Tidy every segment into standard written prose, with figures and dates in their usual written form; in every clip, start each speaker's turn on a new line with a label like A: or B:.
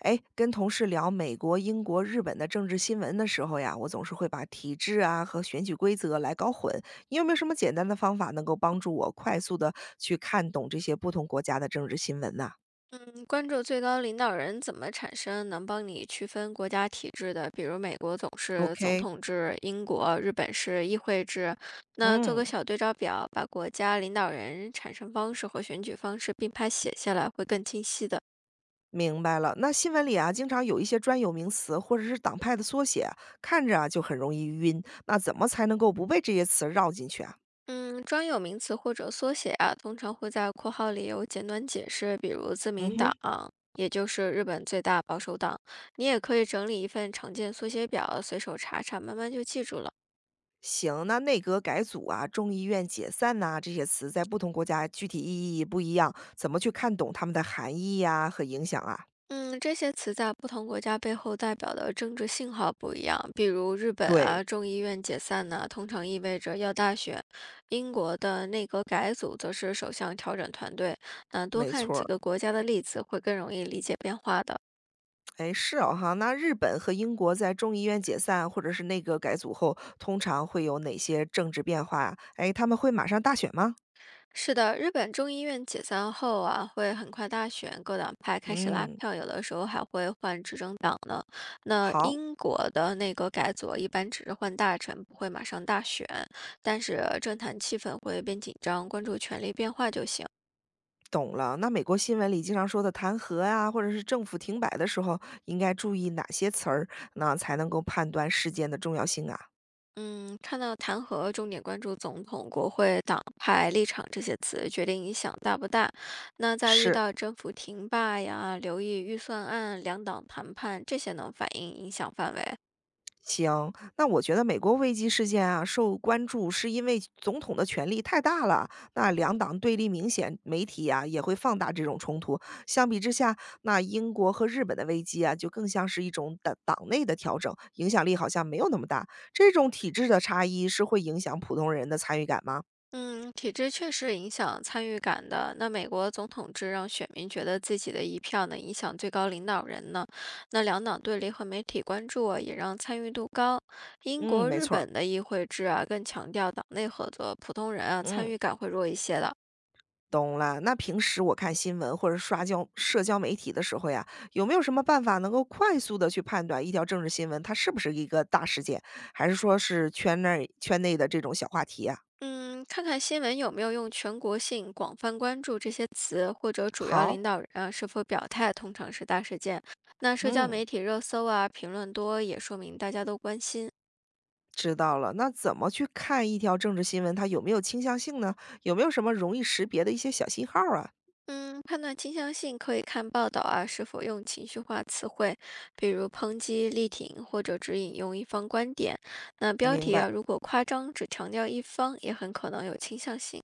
A: 哎，跟同事聊美国、英国、日本的政治新闻的时候呀，我总是会把体制啊和选举规则来搞混。你有没有什么简单的方法能够帮助我快速的去看懂这些不同国家的政治新闻呢
B: 嗯，关注最高领导人怎么产生，能帮你区分国家体制的，比如美国总是总
A: ？OK，
B: 统制，英国、日本是议会制。那做
A: 嗯，
B: 个小对照表，把国家领导人产生方式和选举方式并排写下来，会更清晰的。
A: 明白了。那新闻里啊，经常有一些专有名词或者是党派的缩写啊，看着啊就很容易晕。那怎么才能够不被这些词绕进去啊？
B: 嗯，专有名词或者缩写啊，通常会在括号里有简短解释，比如自
A: 嗯
B: 民
A: 哼。
B: 党，也就是日本最大保守党。你也可以整理一份常见缩写表，随手查查，慢慢就记住了。
A: 行，那内阁改组啊、众议院解散呐、这些词在不同国家具体意义不一样，怎么去看懂它们的含义呀、和影响啊？
B: 嗯，这些词在不同国家背后代表的政治信号不一样。比如日本
A: 对，
B: 啊，众议院解散呢，通常意味着要大选；英国的内阁改组则是首相调整团队。那多
A: 没
B: 看
A: 错
B: 几
A: 儿。
B: 个国家的例子，会更容易理解变化的。
A: 哎，是哦哈。那日本和英国在众议院解散或者是内阁改组后，通常会有哪些政治变化啊？哎，他们会马上大选吗？
B: 是的，日本众议院解散后啊，会很快大选，各党派开始拉
A: 嗯，
B: 票，有的时候还会换执政党呢。那
A: 好。
B: 英国的那个改组一般只是换大臣，不会马上大选，但是政坛气氛会变紧张，关注权力变化就行。
A: 懂了，那美国新闻里经常说的弹劾啊，或者是政府停摆的时候，应该注意哪些词儿，那才能够判断事件的重要性啊？
B: 嗯，看到弹劾，重点关注总统、国会、党派立场这些词，决定影响大不大。那在遇
A: 是，
B: 到政府停罢呀、留意预算案、两党谈判这些能反映影响范围啊。
A: 行，那我觉得美国危机事件啊受关注，是因为总统的权力太大了，那两党对立明显，媒体啊也会放大这种冲突。相比之下，那英国和日本的危机啊，就更像是一种党内的调整，影响力好像没有那么大。这种体制的差异是会影响普通人的参与感吗？
B: 嗯，体制确实影响参与感的。那美国总统制让选民觉得自己的一票能影响最高领导人呢？那两党对立和媒体关注啊，也让参与度高。英
A: 嗯，
B: 国、
A: 没
B: 日
A: 错儿，
B: 本的议会制啊，更强调党内合作，普通人啊参
A: 嗯。
B: 与感会弱一些的。
A: 懂了，那平时我看新闻或者刷交社交媒体的时候呀，有没有什么办法能够快速的去判断一条政治新闻，它是不是一个大事件，还是说是圈内的这种小话题呀？
B: 嗯，看看新闻有没有用全国性、广泛关注这些词，或者主要
A: 好，
B: 领导人啊是否表态，通常是大事件。那社交媒
A: 嗯，
B: 体热搜啊，评论多，也说明大家都关心。
A: 知道了。那怎么去看一条政治新闻，它有没有倾向性呢？有没有什么容易识别的一些小信号啊？
B: 嗯，判断倾向性可以看报道啊，是否用情绪化词汇，比如抨击、力挺或者只引用一方观点。那标
A: 明
B: 题
A: 白。
B: 啊，如果夸张，只强调一方，也很可能有倾向性。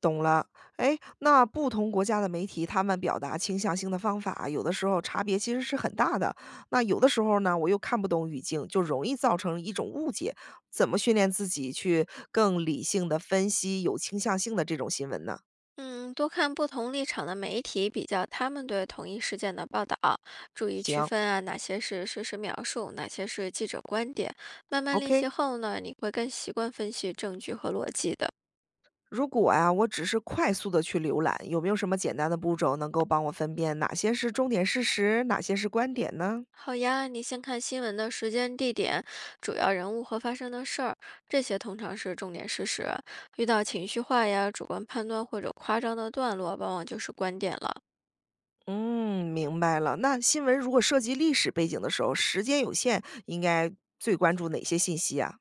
A: 懂了，哎，那不同国家的媒体，他们表达倾向性的方法，有的时候差别其实是很大的。那有的时候呢，我又看不懂语境，就容易造成一种误解。怎么训练自己去更理性的分析有倾向性的这种新闻呢？
B: 嗯，多看不同立场的媒体，比较他们对同一事件的报道，注意区
A: 行
B: 分啊，哪些是事实描述，哪些是记者观点。慢慢练习
A: ，OK。
B: 后呢，你会更习惯分析证据和逻辑的。
A: 如果啊，我只是快速的去浏览，有没有什么简单的步骤能够帮我分辨哪些是重点事实，哪些是观点呢？
B: 好呀，你先看新闻的时间、地点、主要人物和发生的事儿，这些通常是重点事实。遇到情绪化呀、主观判断或者夸张的段落，往往就是观点了。
A: 嗯，明白了。那新闻如果涉及历史背景的时候，时间有限，应该最关注哪些信息啊？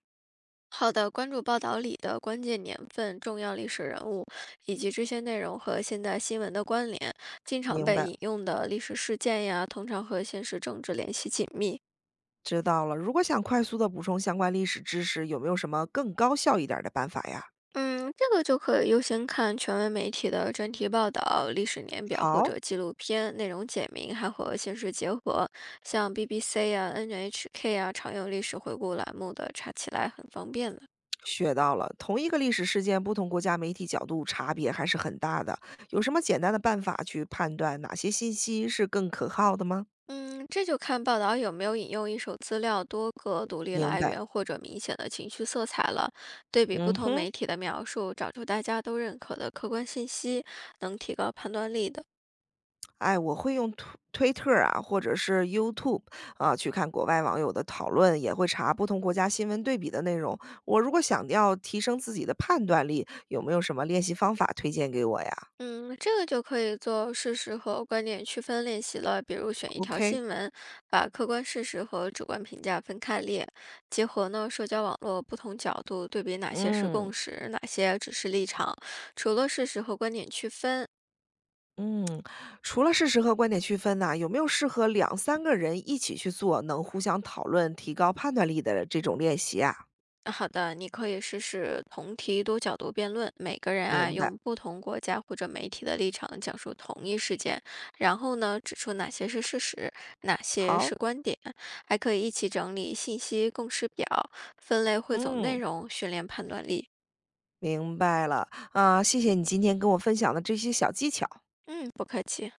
B: 好的，关注报道里的关键年份、重要历史人物，以及这些内容和现代新闻的关联。经常
A: 明
B: 被
A: 白，
B: 引用的历史事件呀，通常和现实政治联系紧密。
A: 知道了。如果想快速的补充相关历史知识，有没有什么更高效一点儿的办法呀？
B: 嗯，这个就可以优先看权威媒体的专题报道、历史年表或
A: 好，
B: 者纪录片，内容简明，还和现实结合。像 BBC 啊、NHK 啊，常有历史回顾栏目的，查起来很方便的。
A: 学到了。同一个历史事件，不同国家媒体角度差别还是很大的。有什么简单的办法去判断哪些信息是更可靠的吗？
B: 嗯，这就看报道有没有引用一手资料、多个独立
A: 明
B: 来
A: 白。
B: 源或者明显的情绪色彩了。对比不
A: 嗯
B: 同
A: 哼。
B: 媒体的描述，找出大家都认可的客观信息，能提高判断力的。
A: 哎，我会用推特啊，或者是 YouTube 啊，去看国外网友的讨论，也会查不同国家新闻对比的内容。我如果想要提升自己的判断力，有没有什么练习方法推荐给我呀
B: 嗯，这个就可以做事实和观点区分练习了。比如选一条
A: ？OK，
B: 新闻，把客观事实和主观评价分开列，结合呢社交网络不同角度对比哪些是
A: 嗯
B: 共识，哪些只是立场。除了事实和观点区分，
A: 嗯，除了事实和观点区分呐、有没有适合两三个人一起去做，能互相讨论、提高判断力的这种练习啊？
B: 好的，你可以试试同题多角度辩论，每个人啊
A: 明白，
B: 用不同国家或者媒体的立场讲述同一事件，然后呢指出哪些是事实，哪些
A: 好，
B: 是观点，还可以一起整理信息共识表，分类汇总内
A: 嗯，
B: 容，训练判断力。
A: 明白了啊，谢谢你今天跟我分享的这些小技巧。
B: 嗯，不客气。